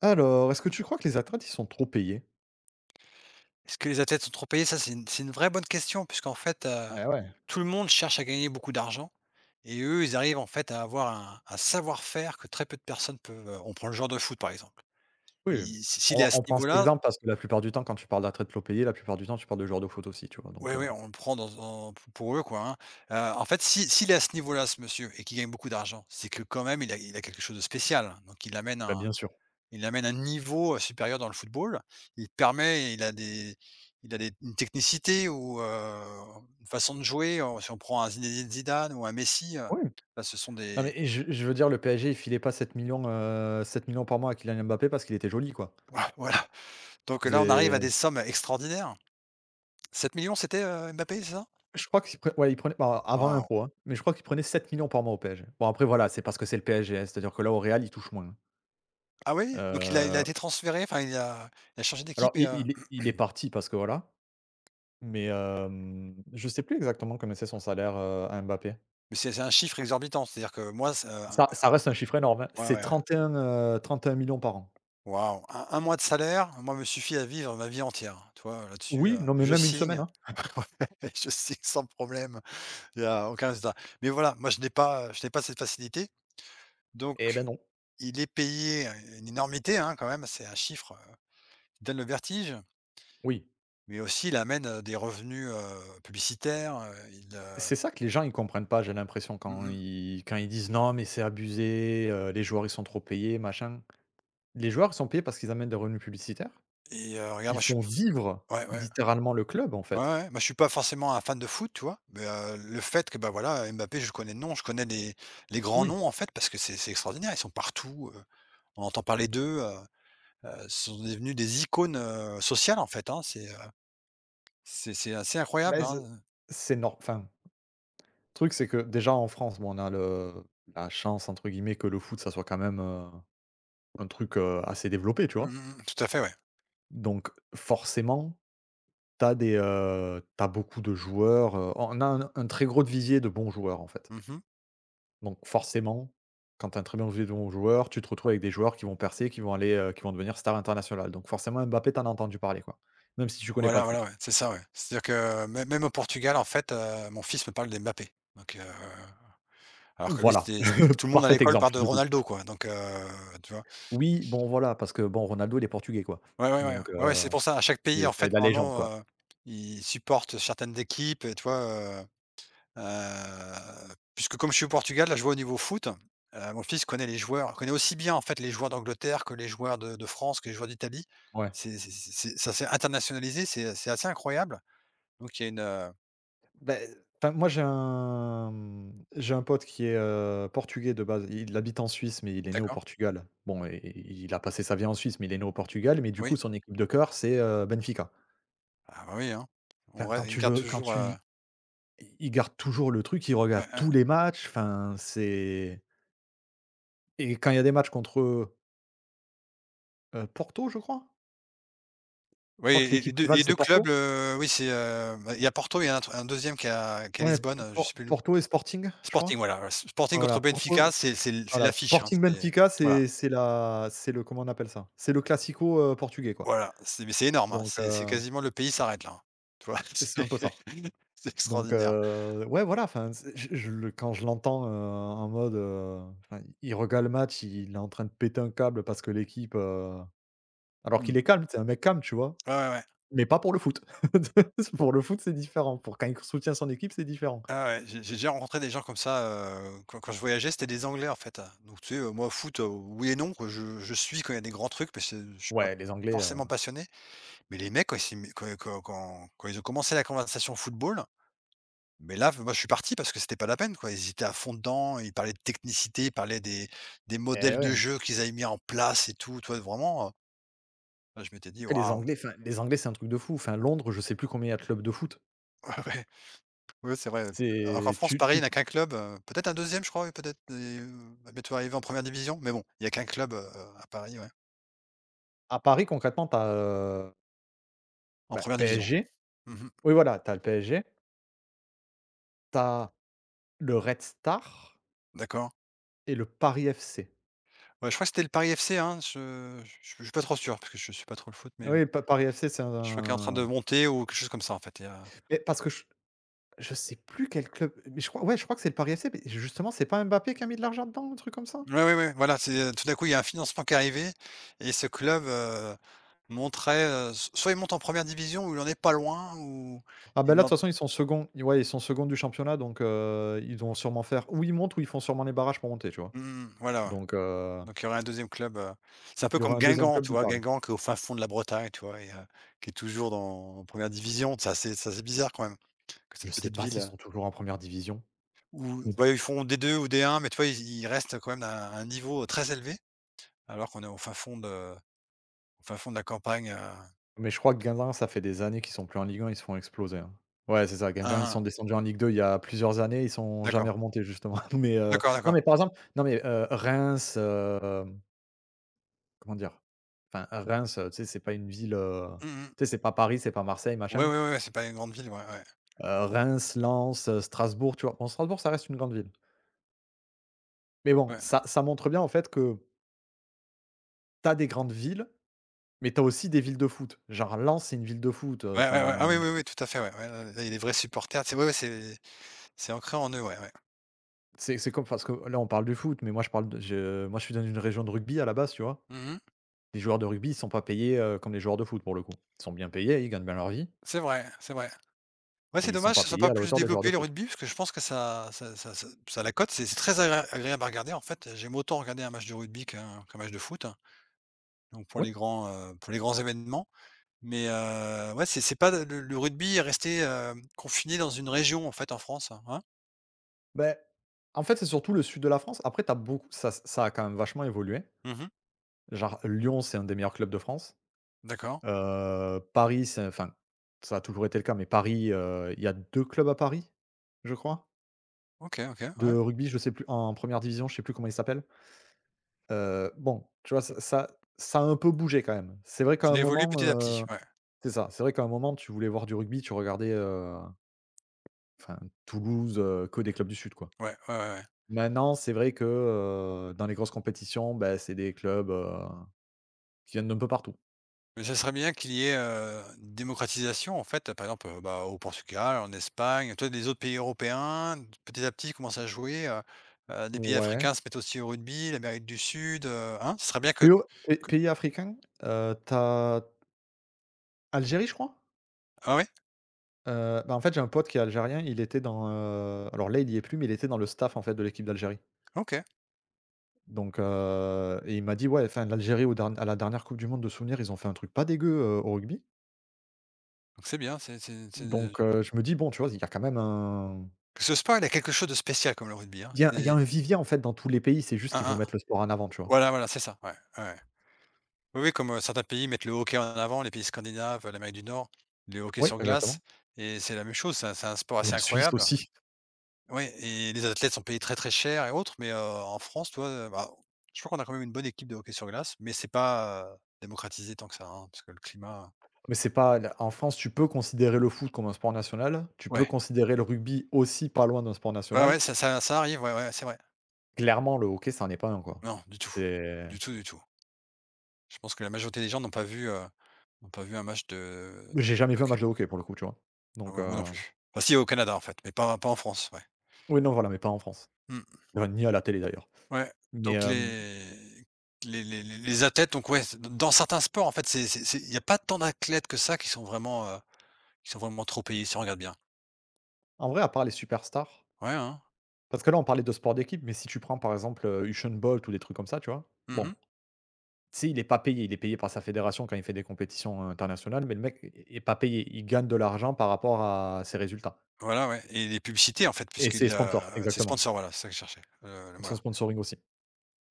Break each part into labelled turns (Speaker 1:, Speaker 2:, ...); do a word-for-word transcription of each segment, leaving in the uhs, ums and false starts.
Speaker 1: Alors, est-ce que tu crois que les athlètes, ils sont trop payés?
Speaker 2: Est-ce que les athlètes sont trop payés? Ça, c'est une c'est une vraie bonne question puisqu'en fait, heu,
Speaker 1: Ouais, ouais.
Speaker 2: tout le monde cherche à gagner beaucoup d'argent et eux, ils arrivent en fait à avoir un un savoir-faire que très peu de personnes peuvent, heu on prend le joueur de foot, par exemple.
Speaker 1: Oui,
Speaker 2: Il si S'il est
Speaker 1: on
Speaker 2: à ce
Speaker 1: on prend cet
Speaker 2: niveau-là,
Speaker 1: exemple parce que la plupart du temps, quand tu parles d'athlètes trop payés, la plupart du temps, tu parles de joueurs de foot aussi, tu vois? Donc,
Speaker 2: oui,
Speaker 1: heu
Speaker 2: oui, on le prend dans dans pou pour eux, quoi, hein. Heu, en fait, si s'il est à ce niveau-là, ce monsieur et qu'il gagne beaucoup d'argent, c'est que quand même il a il a quelque chose de spécial, hein. Donc il amène
Speaker 1: Bah,
Speaker 2: un,
Speaker 1: bien sûr.
Speaker 2: il amène un niveau, heu, supérieur dans le football. Il permet il a des, il a des une technicité ou, heu, une façon de jouer. On Si on prend un Zinedine Zidane ou un Messi, heu,
Speaker 1: Oui,
Speaker 2: bah, ce sont
Speaker 1: non,
Speaker 2: des
Speaker 1: mais je je veux dire, le P S G, il filait pas sept millions, zéro zéro zéro, heu, sept par mois à Kylian Mbappé parce qu'il était joli, quoi.
Speaker 2: voi voilà, donc là, on arrive à
Speaker 1: C'est
Speaker 2: des sommes extraordinaires. Sept millions, c'était, heu, Mbappé, c'est ça?
Speaker 1: je crois qu'ils pre ouais, ils prenaient, bah, avant
Speaker 2: Waouh!
Speaker 1: l'impôt, hein, mais je crois qu'il prenait sept millions par mois au P S G. Bon, après, voilà, c'est parce que c'est le P S G, hein, c'est-à-dire que là, au Real, il touche moins, hein.
Speaker 2: Ah oui? Donc il a il a
Speaker 1: Heu,
Speaker 2: été transféré, enfin il a il a changé
Speaker 1: alors,
Speaker 2: d'équipe. Et
Speaker 1: il
Speaker 2: heu
Speaker 1: il est il est parti parce que voilà. Mais, hem, je sais plus exactement combien c'est son salaire, heu, à Mbappé.
Speaker 2: mais c'est c'est un chiffre exorbitant, c'est-à-dire que moi, ça.
Speaker 1: Ça ça reste un chiffre énorme, hein.
Speaker 2: Ouais, ouais, ouais.
Speaker 1: C'est trente et un, trente et un millions par an.
Speaker 2: Waouh! Un 1 mois de salaire, moi, me suffit à vivre ma vie entière, hein. Tu vois, euh, là-dessus,
Speaker 1: Oui,
Speaker 2: heu,
Speaker 1: non, mais
Speaker 2: je
Speaker 1: même une semaine,
Speaker 2: signe.
Speaker 1: hein.
Speaker 2: Ouais, je signe sans problème. Il y a aucun résultat. Mais voilà, moi, je n'ai pas, je n'ai pas cette facilité. Donc
Speaker 1: Eh ben non.
Speaker 2: il est payé, euh, une énormité, hein, quand même. C'est un chiffre, heu, qui donne le vertige,
Speaker 1: Oui.
Speaker 2: mais aussi il amène, heu, des revenus, heu, publicitaires, heu, il, heu,
Speaker 1: C'est ça que les gens ils comprennent pas, j'ai l'impression,
Speaker 2: mmh
Speaker 1: quand
Speaker 2: mh.
Speaker 1: ils quand ils disent: «Non, mais c'est abusé, heu, les joueurs ils sont trop payés, machin». Les joueurs, ils sont payés parce qu'ils amènent des revenus publicitaires.
Speaker 2: Et heu, regarde,
Speaker 1: Ils
Speaker 2: moi, je suis,
Speaker 1: font vivre
Speaker 2: ouais, ouais.
Speaker 1: littéralement le club, en
Speaker 2: Ouais,
Speaker 1: fait.
Speaker 2: ouais, bah, je suis pas forcément un fan de foot, tu vois? Mais, heu, le fait que, bah, voilà, Mbappé, je connais le nom, je connais les les grands
Speaker 1: Oui.
Speaker 2: noms, en fait, parce que c'est c'est extraordinaire. Ils sont partout, heu, on entend parler d'eux, heu heu, ce sont devenus des icônes, heu, sociales, en fait, hein. C'est, heu, c'est c'est assez incroyable,
Speaker 1: Mais ze
Speaker 2: hein, heu.
Speaker 1: c'est nor enfin, le truc, c'est que déjà en France, bon, on a le la «chance» entre guillemets que le foot, ça soit quand même, heu un truc, heu, assez développé, tu
Speaker 2: Mmh
Speaker 1: vois?
Speaker 2: mmh, mmh. Tout à fait, ouais.
Speaker 1: Donc forcément, t'as des, heu, tu beaucoup de joueurs, heu, on a un un très gros visier de bons joueurs, en fait.
Speaker 2: Mmh.
Speaker 1: Donc forcément, quand t'as un très bon visier de bons joueurs, tu te retrouves avec des joueurs qui vont percer, qui vont aller, heu, qui vont devenir stars internationales. Donc forcément Mbappé, tu as entendu parler, quoi, même si tu connais pas le
Speaker 2: Voilà, voilà,
Speaker 1: foot.
Speaker 2: ouais, c'est ça, ouais. C'est-à-dire que mê même au Portugal, en fait, heu, mon fils me parle d'Mbappé. Donc, heu, alors que lui,
Speaker 1: Voilà,
Speaker 2: c'était c'était tout le monde à
Speaker 1: parfait
Speaker 2: l'école
Speaker 1: exemple,
Speaker 2: parle de
Speaker 1: du coup.
Speaker 2: Ronaldo, quoi. Donc, heu, tu vois?
Speaker 1: Oui, bon, voilà, parce que bon, Ronaldo, il est portugais, quoi.
Speaker 2: Ouais, ouais, ouais.
Speaker 1: Donc
Speaker 2: Ouais, ouais,
Speaker 1: heu,
Speaker 2: c'est pour ça. À chaque
Speaker 1: c'est
Speaker 2: pays, en
Speaker 1: c'est
Speaker 2: fait,
Speaker 1: la légende, quoi.
Speaker 2: normalement, heu, ils supportent certaines équipes et toi vois, heu puisque comme je suis au Portugal, là, je vois au niveau foot, heu, mon fils connaît les joueurs, connaît aussi bien, en fait, les joueurs d'Angleterre que les joueurs de de France, que les joueurs d'Italie.
Speaker 1: Ouais.
Speaker 2: C'est c'est c'est ça s'est internationalisé, c'est, c'est assez incroyable. Donc il y a une, heu
Speaker 1: Ben enfin, moi, j'ai un, mmh, j'ai un pote qui est, heu, portugais de base. Il habite en Suisse, mais il est né au
Speaker 2: d'accord,
Speaker 1: Portugal. Bon, et et il a passé sa vie en Suisse, mais il est né au Portugal, mais du
Speaker 2: oui.
Speaker 1: coup, son équipe de cœur, c'est, heu, Benfica.
Speaker 2: Ah bah, oui, hein. on
Speaker 1: Enfin, quand
Speaker 2: Ouais, ils
Speaker 1: tu
Speaker 2: gardent
Speaker 1: le quand
Speaker 2: toujours,
Speaker 1: tu
Speaker 2: heu
Speaker 1: l il garde toujours le truc, il regarde
Speaker 2: ouais, ouais.
Speaker 1: tous les matchs, enfin, c'est, et quand il y a des matchs contre, heu Porto, je crois? Je
Speaker 2: Oui
Speaker 1: crois que
Speaker 2: et les
Speaker 1: l'équipe
Speaker 2: deux
Speaker 1: rivale,
Speaker 2: les
Speaker 1: c'est
Speaker 2: deux clubs,
Speaker 1: Porto?
Speaker 2: heu, oui, c'est, heu, bah, il y a Porto, il y a un tr un deux qui est à, qui est à
Speaker 1: Ouais,
Speaker 2: Lisbonne, heu, je
Speaker 1: Por
Speaker 2: sais plus le,
Speaker 1: Porto et Sporting, je
Speaker 2: Sporting,
Speaker 1: crois?
Speaker 2: voilà, ouais, Sporting
Speaker 1: Voilà,
Speaker 2: contre
Speaker 1: Porto.
Speaker 2: Benfica, c'est c'est l c'est
Speaker 1: Voilà,
Speaker 2: l'affiche, hein,
Speaker 1: Sporting
Speaker 2: c'est,
Speaker 1: Benfica,
Speaker 2: voilà,
Speaker 1: c'est c'est la c'est le, comment on appelle ça? C'est le classico, heu, portugais, quoi.
Speaker 2: voilà, c'est, mais c'est énorme, hein,
Speaker 1: Donc
Speaker 2: c'est c'est
Speaker 1: heu,
Speaker 2: quasiment le pays s'arrête là, hein. Tu vois?
Speaker 1: c'est un peu ça.
Speaker 2: C'est c'est
Speaker 1: Donc
Speaker 2: extraordinaire.
Speaker 1: heu, ouais, voilà, enfin, c'est je je le quand je l'entends, heu, en mode, heu, enfin, il regarde le match, il est en train de péter un câble parce que l'équipe, heu alors qu'il
Speaker 2: Mmh.
Speaker 1: est calme, c'est un mec calme, tu vois?
Speaker 2: Ouais, ouais, ouais.
Speaker 1: Mais pas pour le foot. Pour le foot, c'est différent. Pour quand il soutient son équipe, c'est différent.
Speaker 2: Ouais, ouais, j'ai j'ai déjà rencontré des gens comme ça, heu, quand quand je voyageais, c'était des Anglais, en fait, heu, donc tu sais, heu, moi foot, heu, oui et non, quoi, je je suis quand il y a des grands trucs, mais c'est, je suis pas
Speaker 1: Ouais, les Anglais, heu
Speaker 2: forcément passionné, mais les mecs, quand ils s'y met quand quand quand quand ils ont commencé la conversation football. Mais là, moi, je suis parti parce que c'était pas la peine, quoi. Ils étaient à fond dedans, ils parlaient de technicité, ils parlaient des des
Speaker 1: et
Speaker 2: modèles de
Speaker 1: ouais.
Speaker 2: jeu qu'ils avaient mis en place et tout, tu vois? Vraiment, heu, je m'étais dit:
Speaker 1: Après les
Speaker 2: «Waouh!»
Speaker 1: Anglais, enfin, les Anglais, c'est un truc de fou. Enfin, Londres, je sais plus combien il y a de clubs de foot.
Speaker 2: Ouais, ouais, ouais, c'est vrai. Alors qu'en
Speaker 1: C'est
Speaker 2: France,
Speaker 1: tu
Speaker 2: Paris, il
Speaker 1: tu
Speaker 2: n'a qu'un club, heu, peut-être un deuxième, je crois, oui, peut-être et heu, va bientôt arriver en première division, mais bon, il n'y a qu'un club, heu, à Paris, ouais,
Speaker 1: À Paris, concrètement, tu as, heu,
Speaker 2: en
Speaker 1: bah,
Speaker 2: première division.
Speaker 1: P S G.
Speaker 2: Mmh.
Speaker 1: Oui, voilà, tu as le P S G, tu as le Red Star
Speaker 2: D'accord.
Speaker 1: et le Paris F C.
Speaker 2: Ouais, je crois que c'était le Paris F C, hein, je je je suis pas trop sûr parce que je suis pas trop le foot, mais heu,
Speaker 1: Oui, Pa Paris F C, c'est
Speaker 2: je crois qu'il est en train de
Speaker 1: un,
Speaker 2: monter ou quelque chose comme ça, en fait.
Speaker 1: mais parce que je je sais plus quel club, mais je crois, ouais, je crois que c'est le Paris F C, mais justement, c'est pas Mbappé qui a mis de l'argent dedans, un truc comme ça?
Speaker 2: Ouais, ouais, ouais, voilà, c'est, euh, tout d'un coup, il y a un financement qui est arrivé et ce club, heu, monterait, heu, s soit il monte en première division où il en est pas loin ou
Speaker 1: Ah, ben là,
Speaker 2: il
Speaker 1: de toute
Speaker 2: en,
Speaker 1: façon, ils sont seconds. Ouais, ils sont seconds du championnat, donc heu, ils vont sûrement faire, ou ils montent, ou ils font sûrement les barrages pour monter, tu vois?
Speaker 2: mmh, voilà, ouais.
Speaker 1: Donc heu,
Speaker 2: Donc il y aurait un deuxième club, heu, c'est un peu
Speaker 1: il y
Speaker 2: comme
Speaker 1: aura un deuxième
Speaker 2: Guingamp,
Speaker 1: club
Speaker 2: tu
Speaker 1: de
Speaker 2: vois?
Speaker 1: Paris.
Speaker 2: Guingamp qui est au fin fond de la Bretagne, tu vois? Et heu, qui est toujours dans, en première division. Ça C'est ça, c'est bizarre quand même que
Speaker 1: Je
Speaker 2: cette
Speaker 1: sais
Speaker 2: petite
Speaker 1: pas
Speaker 2: ville,
Speaker 1: s'ils
Speaker 2: heu,
Speaker 1: sont toujours en première division.
Speaker 2: où ouais, ils font d deux ou d un, mais tu vois, ils ils restent quand même à un niveau très élevé, alors qu'on est au fin fond de, au fin fond de la campagne, heu,
Speaker 1: Mais je crois que Guingamp, ça fait des années qu'ils sont plus en Ligue un, ils se font exploser, hein. Ouais, c'est ça, Guingamp, ils
Speaker 2: un,
Speaker 1: sont descendus en Ligue deux il y a plusieurs années, ils sont jamais
Speaker 2: d'accord,
Speaker 1: remontés justement. Mais, heu,
Speaker 2: d'accord,
Speaker 1: non,
Speaker 2: d'accord.
Speaker 1: mais par exemple, non, mais, heu, Reims, hem, comment dire? Enfin, Reims, heu, tu sais, c'est pas une ville, heu,
Speaker 2: Mmh mmh.
Speaker 1: tu sais, c'est pas Paris, c'est pas Marseille,
Speaker 2: Ouais,
Speaker 1: machin.
Speaker 2: ouais, ouais, ouais, c'est pas une grande ville, ouais, ouais.
Speaker 1: Heu, Reims, Lens, heu, Strasbourg, tu vois? Bon, Strasbourg, ça reste une grande ville. Mais bon,
Speaker 2: Ouais,
Speaker 1: ça ça montre bien, en fait, que t'as des grandes villes, mais t'as aussi des villes de foot. Genre Lens, c'est une ville de foot, euh,
Speaker 2: ouais, ouais, ouais. Ah
Speaker 1: enfin,
Speaker 2: oui, oui, oui, tout à fait, ouais, ouais, là il y a des vrais supporters, tu, ouais, ouais, c'est c'est ancré en eux, ouais, ouais.
Speaker 1: C'est c'est comme, parce que là, on parle de foot, mais moi, je parle de, je moi, je suis dans une région de rugby à la base, tu vois?
Speaker 2: Mmh.
Speaker 1: Les joueurs de rugby, ils sont pas payés, heu, comme les joueurs de foot, pour le coup. Ils sont bien payés, ils gagnent bien leur vie,
Speaker 2: C'est vrai, c'est vrai. Ouais,
Speaker 1: mais
Speaker 2: c'est
Speaker 1: ils sont
Speaker 2: dommage que
Speaker 1: pas
Speaker 2: ce soit
Speaker 1: payés
Speaker 2: pas
Speaker 1: à la
Speaker 2: plus
Speaker 1: hauteur des joueurs de
Speaker 2: développé le
Speaker 1: foot.
Speaker 2: rugby, parce que je pense que ça ça ça ça ça la cote. C'est c'est très agré agréable à regarder, en fait. J'aime autant regarder un match de rugby qu'un qu'un match de foot, hein, donc pour
Speaker 1: Oui.
Speaker 2: les grands, heu, pour les grands événements. Mais, heu, ouais, c'est c'est pas le, le rugby est resté, hem, confiné dans une région, en fait, en France, hein?
Speaker 1: Ben, en fait, c'est surtout le sud de la France. Après, t'as beaucoup ça ça a quand même vachement évolué.
Speaker 2: Mmh.
Speaker 1: Genre Lyon, c'est un des meilleurs clubs de France.
Speaker 2: D'accord.
Speaker 1: Heu, Paris, c'est enfin, ça a toujours été le cas, mais Paris, heu, il y a deux clubs à Paris, je crois,
Speaker 2: OK, OK,
Speaker 1: de
Speaker 2: ouais.
Speaker 1: rugby, je sais plus en première division, je sais plus comment ils s'appellent. Heu, bon, tu vois, ça ça ça a un peu bougé quand même. C'est vrai qu'à
Speaker 2: Ça
Speaker 1: un
Speaker 2: évolue
Speaker 1: moment,
Speaker 2: petit à petit,
Speaker 1: heu
Speaker 2: ouais.
Speaker 1: c'est ça, c'est vrai qu'à un moment, tu voulais voir du rugby, tu regardais, heu, enfin Toulouse, heu, que des clubs du sud, quoi.
Speaker 2: Ouais, ouais, ouais, ouais.
Speaker 1: Maintenant, c'est vrai que, heu, dans les grosses compétitions, bah, c'est des clubs, heu, qui viennent d'un peu partout.
Speaker 2: Mais ça serait bien qu'il y ait, heu, une démocratisation, en fait, par exemple, heu, bah, au Portugal, en Espagne, toi vois? Les autres pays européens, petit à petit, ils commencent à jouer, heu heu, des pays
Speaker 1: Ouais.
Speaker 2: africains se mettent aussi au rugby, l'Amérique du Sud, heu, hein? Ce serait bien que
Speaker 1: PO P
Speaker 2: que
Speaker 1: pays africain, heu, tu Algérie, je crois?
Speaker 2: ah oui
Speaker 1: Heu, bah, en fait, j'ai un pote qui est algérien, il était dans, heu alors là, il y est plus, mais il était dans le staff, en fait, de l'équipe d'Algérie.
Speaker 2: OK,
Speaker 1: Donc, heu et il m'a dit: «Ouais, enfin, l'Algérie au dern à la dernière coupe du monde de souvenirs, ils ont fait un truc pas dégueu, heu, au rugby».
Speaker 2: donc c'est bien, c'est c'est c'est
Speaker 1: Donc, heu, je me dis: «Bon, tu vois, il y a quand même un
Speaker 2: parce que le sport, il a quelque chose de spécial comme le rugby, hein.
Speaker 1: il y a il y a
Speaker 2: C'est
Speaker 1: un vivier, en fait, dans tous les pays, c'est juste
Speaker 2: un
Speaker 1: qu'il faut
Speaker 2: un
Speaker 1: mettre le sport en avant», tu vois?
Speaker 2: voilà, voilà, c'est ça, ouais, ouais, ouais. Oui, oui, comme, heu, certains pays mettent le hockey en avant, les pays scandinaves, l'Amérique du Nord, le hockey
Speaker 1: Oui,
Speaker 2: sur
Speaker 1: exactement.
Speaker 2: glace et c'est la même chose, c'est un c'est un sport assez
Speaker 1: La Suisse
Speaker 2: incroyable.
Speaker 1: aussi.
Speaker 2: Ouais et les athlètes sont payés très, très cher et autres, mais, heu, en France, tu vois, heu, bah, je crois qu'on a quand même une bonne équipe de hockey sur glace, mais c'est pas, heu, démocratisé tant que ça, hein, parce que le climat,
Speaker 1: Mais c'est pas la, en France, tu peux considérer le foot comme un sport national, tu peux
Speaker 2: ouais,
Speaker 1: considérer le rugby aussi pas loin d'un sport
Speaker 2: ouais,
Speaker 1: national.
Speaker 2: ouais, ça ça ça arrive, ouais, ouais, c'est vrai.
Speaker 1: Clairement, le hockey, ça n'en est pas un, quoi.
Speaker 2: Non, du tout,
Speaker 1: C'est,
Speaker 2: du tout, du tout. Je pense que la majorité des gens n'ont pas vu, heu, n'ont pas vu un match de
Speaker 1: j'ai jamais
Speaker 2: de
Speaker 1: vu un
Speaker 2: hockey.
Speaker 1: match de hockey pour le coup, tu vois?
Speaker 2: Ah
Speaker 1: Donc,
Speaker 2: bah, moi non
Speaker 1: heu,
Speaker 2: plus. Bah, si au Canada, en fait, mais pas pas en France, ouais.
Speaker 1: oui, non, voilà, mais pas en France.
Speaker 2: Mmh,
Speaker 1: Enfin, ni à la télé d'ailleurs.
Speaker 2: ouais,
Speaker 1: Mais,
Speaker 2: donc
Speaker 1: hem
Speaker 2: les, les les les les athlètes donc ouais, c'est- dans certains sports, en fait, c'est c'est c'est il y a pas tant d'athlètes que ça qui sont vraiment, heu. Ils sont vraiment trop payés, si on regarde bien.
Speaker 1: en vrai, à part les superstars,
Speaker 2: Ouais, hein.
Speaker 1: parce que là, on parlait de sport d'équipe, mais si tu prends par exemple, heu, Usain Bolt ou des trucs comme ça, tu vois? Bon,
Speaker 2: Mmh.
Speaker 1: tu sais, il est pas payé, il est payé par sa fédération quand il fait des compétitions, euh, internationales, mais le mec est pas payé. Il gagne de l'argent par rapport à ses résultats
Speaker 2: Voilà, ouais et les publicités, en fait,
Speaker 1: et ses
Speaker 2: puisqu'il
Speaker 1: sponsors,
Speaker 2: a ses
Speaker 1: exactement.
Speaker 2: sponsors, voilà, c'est ça que je cherchais, heu, le mot
Speaker 1: Son
Speaker 2: là.
Speaker 1: sponsoring aussi.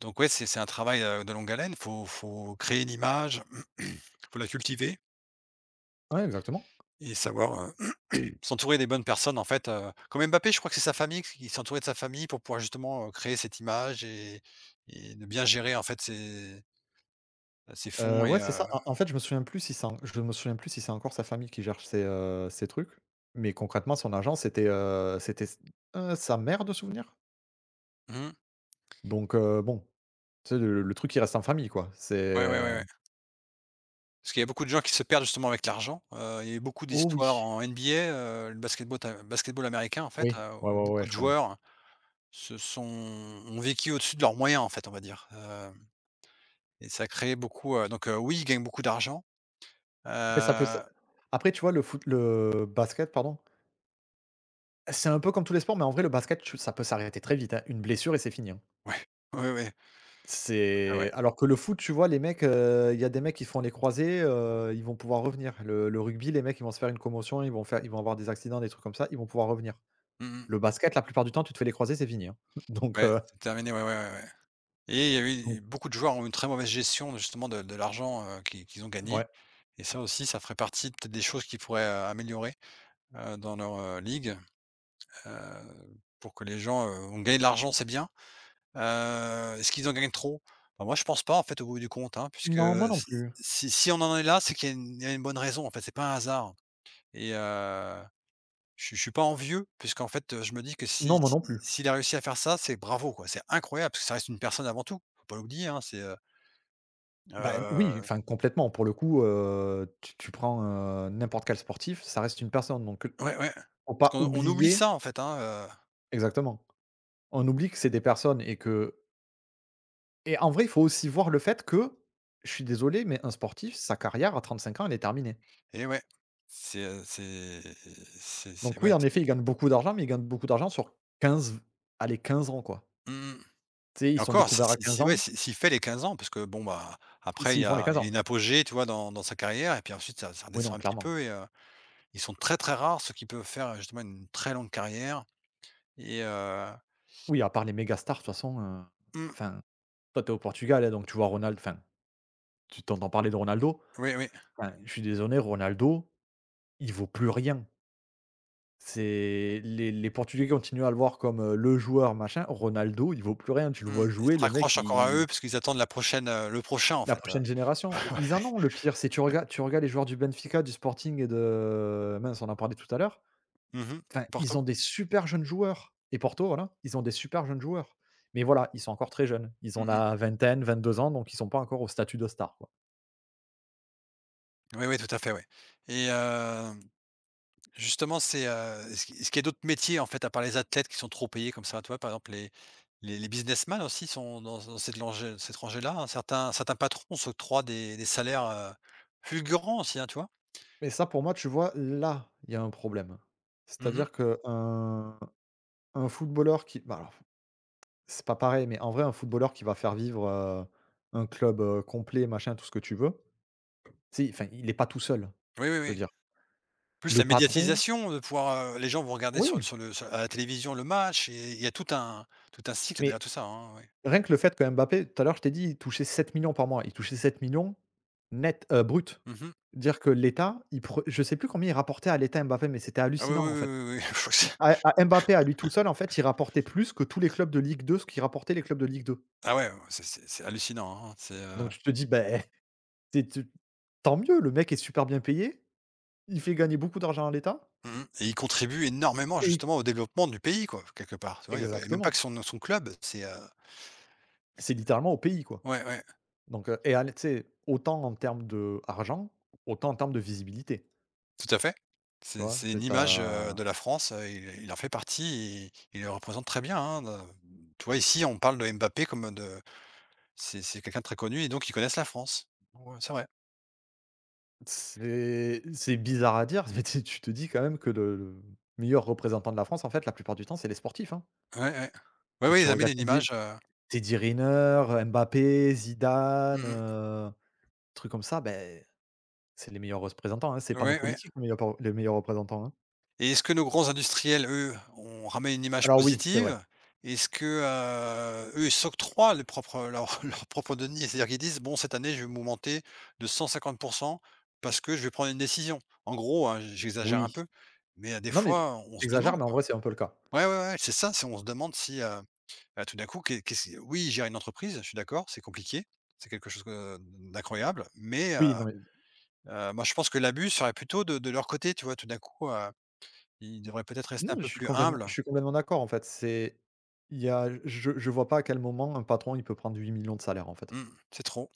Speaker 2: Donc ouais, c'est c'est un travail, heu, de longue haleine. Faut faut créer une image, faut la cultiver
Speaker 1: Ouais, exactement.
Speaker 2: et savoir, heu, s'entourer des bonnes personnes, en fait, heu, comme Mbappé, je crois que c'est sa famille qui s'est entouré de sa famille pour pouvoir justement, heu, créer cette image et et de bien gérer, en fait, ses, ses
Speaker 1: Heu,
Speaker 2: fonds
Speaker 1: ouais,
Speaker 2: et
Speaker 1: c'est
Speaker 2: heu,
Speaker 1: ça. En en fait, je me souviens plus si c'est en je me souviens plus si c'est encore sa famille qui gère ces heu, ses trucs, mais concrètement, son agent, c'était, heu, c'était s heu, sa mère de souvenir?
Speaker 2: mmh.
Speaker 1: Donc, heu, bon, c'est le le truc, qui reste en famille, quoi.
Speaker 2: Ouais, ouais, ouais,
Speaker 1: C'est.
Speaker 2: ouais. Parce qu'il y a beaucoup de gens qui se perdent justement avec l'argent. Heu, il y a eu beaucoup
Speaker 1: Oh
Speaker 2: d'histoires
Speaker 1: oui,
Speaker 2: en N B A, heu, le basketball ta basketball américain en fait,
Speaker 1: oui,
Speaker 2: heu,
Speaker 1: ouais,
Speaker 2: où
Speaker 1: ouais, ouais,
Speaker 2: beaucoup
Speaker 1: je
Speaker 2: de
Speaker 1: connais.
Speaker 2: joueurs se sont, ont vécu au-dessus de leurs moyens en fait, on va dire. Heu et ça a créé beaucoup, heu, donc heu, oui, ils gagnent beaucoup d'argent. Heu,
Speaker 1: Mais ça peut se, après, tu vois, le foot le basket, pardon, c'est un peu comme tous les sports, mais en vrai, le basket, tu ça peut s'arrêter très vite, hein. Une blessure et c'est fini, hein.
Speaker 2: ouais, ouais, ouais, ah
Speaker 1: C'est,
Speaker 2: ouais.
Speaker 1: alors que le foot, tu vois, les mecs, heu, il y a des mecs qui font les croisés, heu, ils vont pouvoir revenir. Le le rugby, les mecs, ils vont se faire une commotion, ils vont faire ils vont avoir des accidents, des trucs comme ça, ils vont pouvoir revenir.
Speaker 2: Mmh mh.
Speaker 1: Le basket, la plupart du temps, tu te fais les croisés, c'est fini, hein. Donc
Speaker 2: Ouais,
Speaker 1: heu,
Speaker 2: c'est terminé, ouais, ouais, ouais, ouais et il y a
Speaker 1: donc
Speaker 2: eu beaucoup de joueurs ont une très mauvaise gestion justement de de l'argent, heu, qu'ils qu'ils ont gagné
Speaker 1: ouais.
Speaker 2: et ça aussi, ça ferait partie peut-être des choses qu'ils pourraient, heu, améliorer, heu, dans leur, heu, ligue. Heu, pour que les gens, heu, ont gagné de l'argent, c'est bien. Heu, est-ce qu'ils en gagnent trop? Bah, moi, je pense pas, en fait, au bout du compte, hein, puisque
Speaker 1: Non, moi non plus.
Speaker 2: si si on en est là, c'est qu'il y a une il y a une bonne raison, en fait, c'est pas un hasard et heu, je suis je suis pas envieux puisqu'en fait, heu, je me dis que
Speaker 1: Non,
Speaker 2: si
Speaker 1: moi
Speaker 2: si
Speaker 1: non plus.
Speaker 2: s'il a réussi à faire ça, c'est bravo, quoi, c'est incroyable parce que ça reste une personne avant tout. Faut pas l'oublier, hein, c'est, heu
Speaker 1: Bah, oui,
Speaker 2: heu,
Speaker 1: enfin complètement. Pour le coup, heu, tu tu prends, heu, n'importe quel sportif, ça reste une personne, donc heu,
Speaker 2: ouais, ouais,
Speaker 1: faut
Speaker 2: parce
Speaker 1: pas
Speaker 2: qu'on on oublie
Speaker 1: oublier,
Speaker 2: ça, en fait, hein, heu
Speaker 1: exactement. On oublie que c'est des personnes et que, et en vrai, il faut aussi voir le fait que, je suis désolé, mais un sportif, sa carrière à trente cinq ans, elle est terminée.
Speaker 2: Et ouais, c'est, heu, c'est c'est c'est
Speaker 1: Donc oui,
Speaker 2: ouais,
Speaker 1: en
Speaker 2: c'est
Speaker 1: effet, il gagne beaucoup d'argent, mais il gagne beaucoup d'argent sur quinze allez quinze ans, quoi.
Speaker 2: mmh mh.
Speaker 1: Tu sais, ils
Speaker 2: Et
Speaker 1: sont
Speaker 2: encore, si
Speaker 1: découverts à
Speaker 2: si
Speaker 1: quinze
Speaker 2: si ouais,
Speaker 1: ans,
Speaker 2: si s'il fait les quinze ans parce que bon, bah, après il
Speaker 1: s'ils
Speaker 2: y
Speaker 1: font les
Speaker 2: a
Speaker 1: quinze
Speaker 2: il y a
Speaker 1: ans.
Speaker 2: une apogée, tu vois, dans dans sa carrière et puis ensuite ça ça
Speaker 1: Oui, non,
Speaker 2: redescend un petit
Speaker 1: clairement.
Speaker 2: peu et heu, ils sont très, très rares ceux qui peuvent faire, heu, justement une très longue carrière et heu
Speaker 1: Oui, à part les mégastars, de toute façon, heu,
Speaker 2: mmh,
Speaker 1: enfin, toi, t'es au Portugal, hein, donc tu vois Ronaldo. Enfin, tu t'entends parler de Ronaldo.
Speaker 2: oui, oui,
Speaker 1: Enfin, je suis désolé, Ronaldo, il vaut plus rien. C'est les les Portugais continuent à le voir comme, heu, le joueur machin. Ronaldo, il vaut plus rien. Tu le
Speaker 2: mmh,
Speaker 1: vois
Speaker 2: ils
Speaker 1: jouer,
Speaker 2: se
Speaker 1: le mec,
Speaker 2: raccrochent encore à
Speaker 1: il,
Speaker 2: eux parce qu'ils attendent la prochaine, heu, le prochain en
Speaker 1: la
Speaker 2: fait, heu.
Speaker 1: prochaine génération, mais ils en ont le pire. C'est tu regardes tu regardes les joueurs du Benfica, du Sporting, et de, mince, on en parlait tout à l'heure.
Speaker 2: Mmh.
Speaker 1: Enfin, ils
Speaker 2: Porto?
Speaker 1: ont des super jeunes joueurs, et Porto, voilà, ils ont des super jeunes joueurs, mais voilà, ils sont encore très jeunes. Ils
Speaker 2: Mmh
Speaker 1: ont
Speaker 2: mh.
Speaker 1: la vingtaine, vingt-deux ans, donc ils sont pas encore au statut de star, quoi,
Speaker 2: Oui, oui, tout à fait, oui. et heu Justement, c'est, heu, est-ce qu'il est-ce qu'il y a d'autres métiers, en fait, à part les athlètes qui sont trop payés comme ça? Toi par exemple, les les les businessmen aussi sont dans dans cette langée cette rangée-là, hein. Certains certains patrons s'octroient des des salaires, heu, fulgurants aussi, hein, tu vois?
Speaker 1: mais ça, pour moi, tu vois, là, il y a un problème.
Speaker 2: Mhm.
Speaker 1: C'est-à-dire qu'un, un footballeur qui, bah, alors, c'est pas pareil, mais en vrai, un footballeur qui va faire vivre, heu, un club, heu, complet, machin, tout ce que tu veux, tu enfin, il est pas tout seul,
Speaker 2: Oui, oui,
Speaker 1: je veux
Speaker 2: oui.
Speaker 1: dire.
Speaker 2: Plus
Speaker 1: Le
Speaker 2: la
Speaker 1: patron,
Speaker 2: médiatisation, de pouvoir, heu les gens vont regarder sur le
Speaker 1: oui,
Speaker 2: sur le sur à la télévision le match et il y a tout un tout un cycle
Speaker 1: mais
Speaker 2: derrière tout ça, hein, oui.
Speaker 1: rien que le fait que Mbappé, tout à l'heure, je t'ai dit, il touchait sept millions par mois. Il touchait sept millions net, heu, brut.
Speaker 2: Mmh.
Speaker 1: Dire que l'État, il pre je sais plus combien il rapportait à l'État Mbappé, mais c'était
Speaker 2: Ah oui,
Speaker 1: hallucinant,
Speaker 2: oui,
Speaker 1: en fait.
Speaker 2: oui, oui, oui. Je crois que c'est
Speaker 1: À à Mbappé, à lui tout seul, en fait, il rapportait plus que tous les clubs de Ligue deux, ce qu'ils rapportaient les clubs de Ligue deux.
Speaker 2: ah ouais, ouais, c'est c'est c'est hallucinant, hein, c'est,
Speaker 1: Donc
Speaker 2: heu
Speaker 1: tu te dis, beh, c'est tu tant mieux, le mec est super bien payé. Il fait gagner beaucoup d'argent à l'État
Speaker 2: mmh, et il contribue énormément
Speaker 1: et il,
Speaker 2: justement au développement du pays quoi, quelque part, tu vois? Il y a pas et même pas
Speaker 1: exactement.
Speaker 2: que son son club, c'est, heu,
Speaker 1: C'est
Speaker 2: c'est
Speaker 1: littéralement au pays, quoi.
Speaker 2: ouais, ouais,
Speaker 1: Donc, heu et à l, tu sais, autant en termes d'argent, autant en termes de visibilité,
Speaker 2: tout à fait.
Speaker 1: tu
Speaker 2: C'est
Speaker 1: vois?
Speaker 2: c'est
Speaker 1: Tu
Speaker 2: une
Speaker 1: sais,
Speaker 2: image, heu, de la France, heu, il il en fait partie et il le représente très bien, hein, de tu vois? Ici, on parle de Mbappé comme de c'est c'est quelqu'un de très connu et donc ils connaissent la France. Ouais, c'est vrai.
Speaker 1: c'est c'est bizarre à dire, mais tu tu te dis quand même que le le meilleur représentant de la France, en fait, la plupart du temps, c'est les sportifs, hein.
Speaker 2: Ouais, ouais. Ouais,
Speaker 1: Tu
Speaker 2: oui,
Speaker 1: tu
Speaker 2: ils amènent
Speaker 1: regardes
Speaker 2: une
Speaker 1: Teddy
Speaker 2: image, heu,
Speaker 1: Teddy Riner, Mbappé,
Speaker 2: mmh
Speaker 1: Zidane,
Speaker 2: mh.
Speaker 1: heu, trucs comme ça, ben, c'est les meilleurs représentants, hein. C'est pas nos
Speaker 2: Ouais, ouais.
Speaker 1: politiques, les meilleurs les meilleurs représentants, hein.
Speaker 2: Et est-ce que nos grands industriels, eux, ont ramené une image
Speaker 1: Alors oui, c'est vrai.
Speaker 2: positive? Est-ce que, heu, eux, ils s'octroient les propres leurs leurs propres deniers? C'est-à-dire qu'ils disent: «Bon, cette année, je vais m'augmenter de cent cinquante parce que je vais prendre une décision». En gros, hein, j'exagère un
Speaker 1: Oui.
Speaker 2: peu, mais heu, des
Speaker 1: Non, mais
Speaker 2: fois, on se
Speaker 1: j'exagère,
Speaker 2: demande,
Speaker 1: mais en
Speaker 2: quoi.
Speaker 1: vrai, c'est un peu le cas.
Speaker 2: Ouais, ouais, ouais, c'est ça, c'est on se demande si, heu, bah, tout d'un coup, qu'est qu'est-ce qui oui, gérer une entreprise, je suis d'accord, c'est compliqué, c'est quelque chose, heu, d'incroyable, mais heu
Speaker 1: Oui, non, mais
Speaker 2: heu, moi, je pense que l'abus serait plutôt de de leur côté, tu vois? Tout d'un coup, heu, ils devraient peut-être rester
Speaker 1: non,
Speaker 2: un
Speaker 1: je
Speaker 2: peu
Speaker 1: suis
Speaker 2: plus
Speaker 1: complètement
Speaker 2: humbles.
Speaker 1: je suis complètement d'accord, en fait. C'est, il y a, je je vois pas à quel moment un patron, il peut prendre huit millions de salaire, en fait.
Speaker 2: Mmh, c'est trop.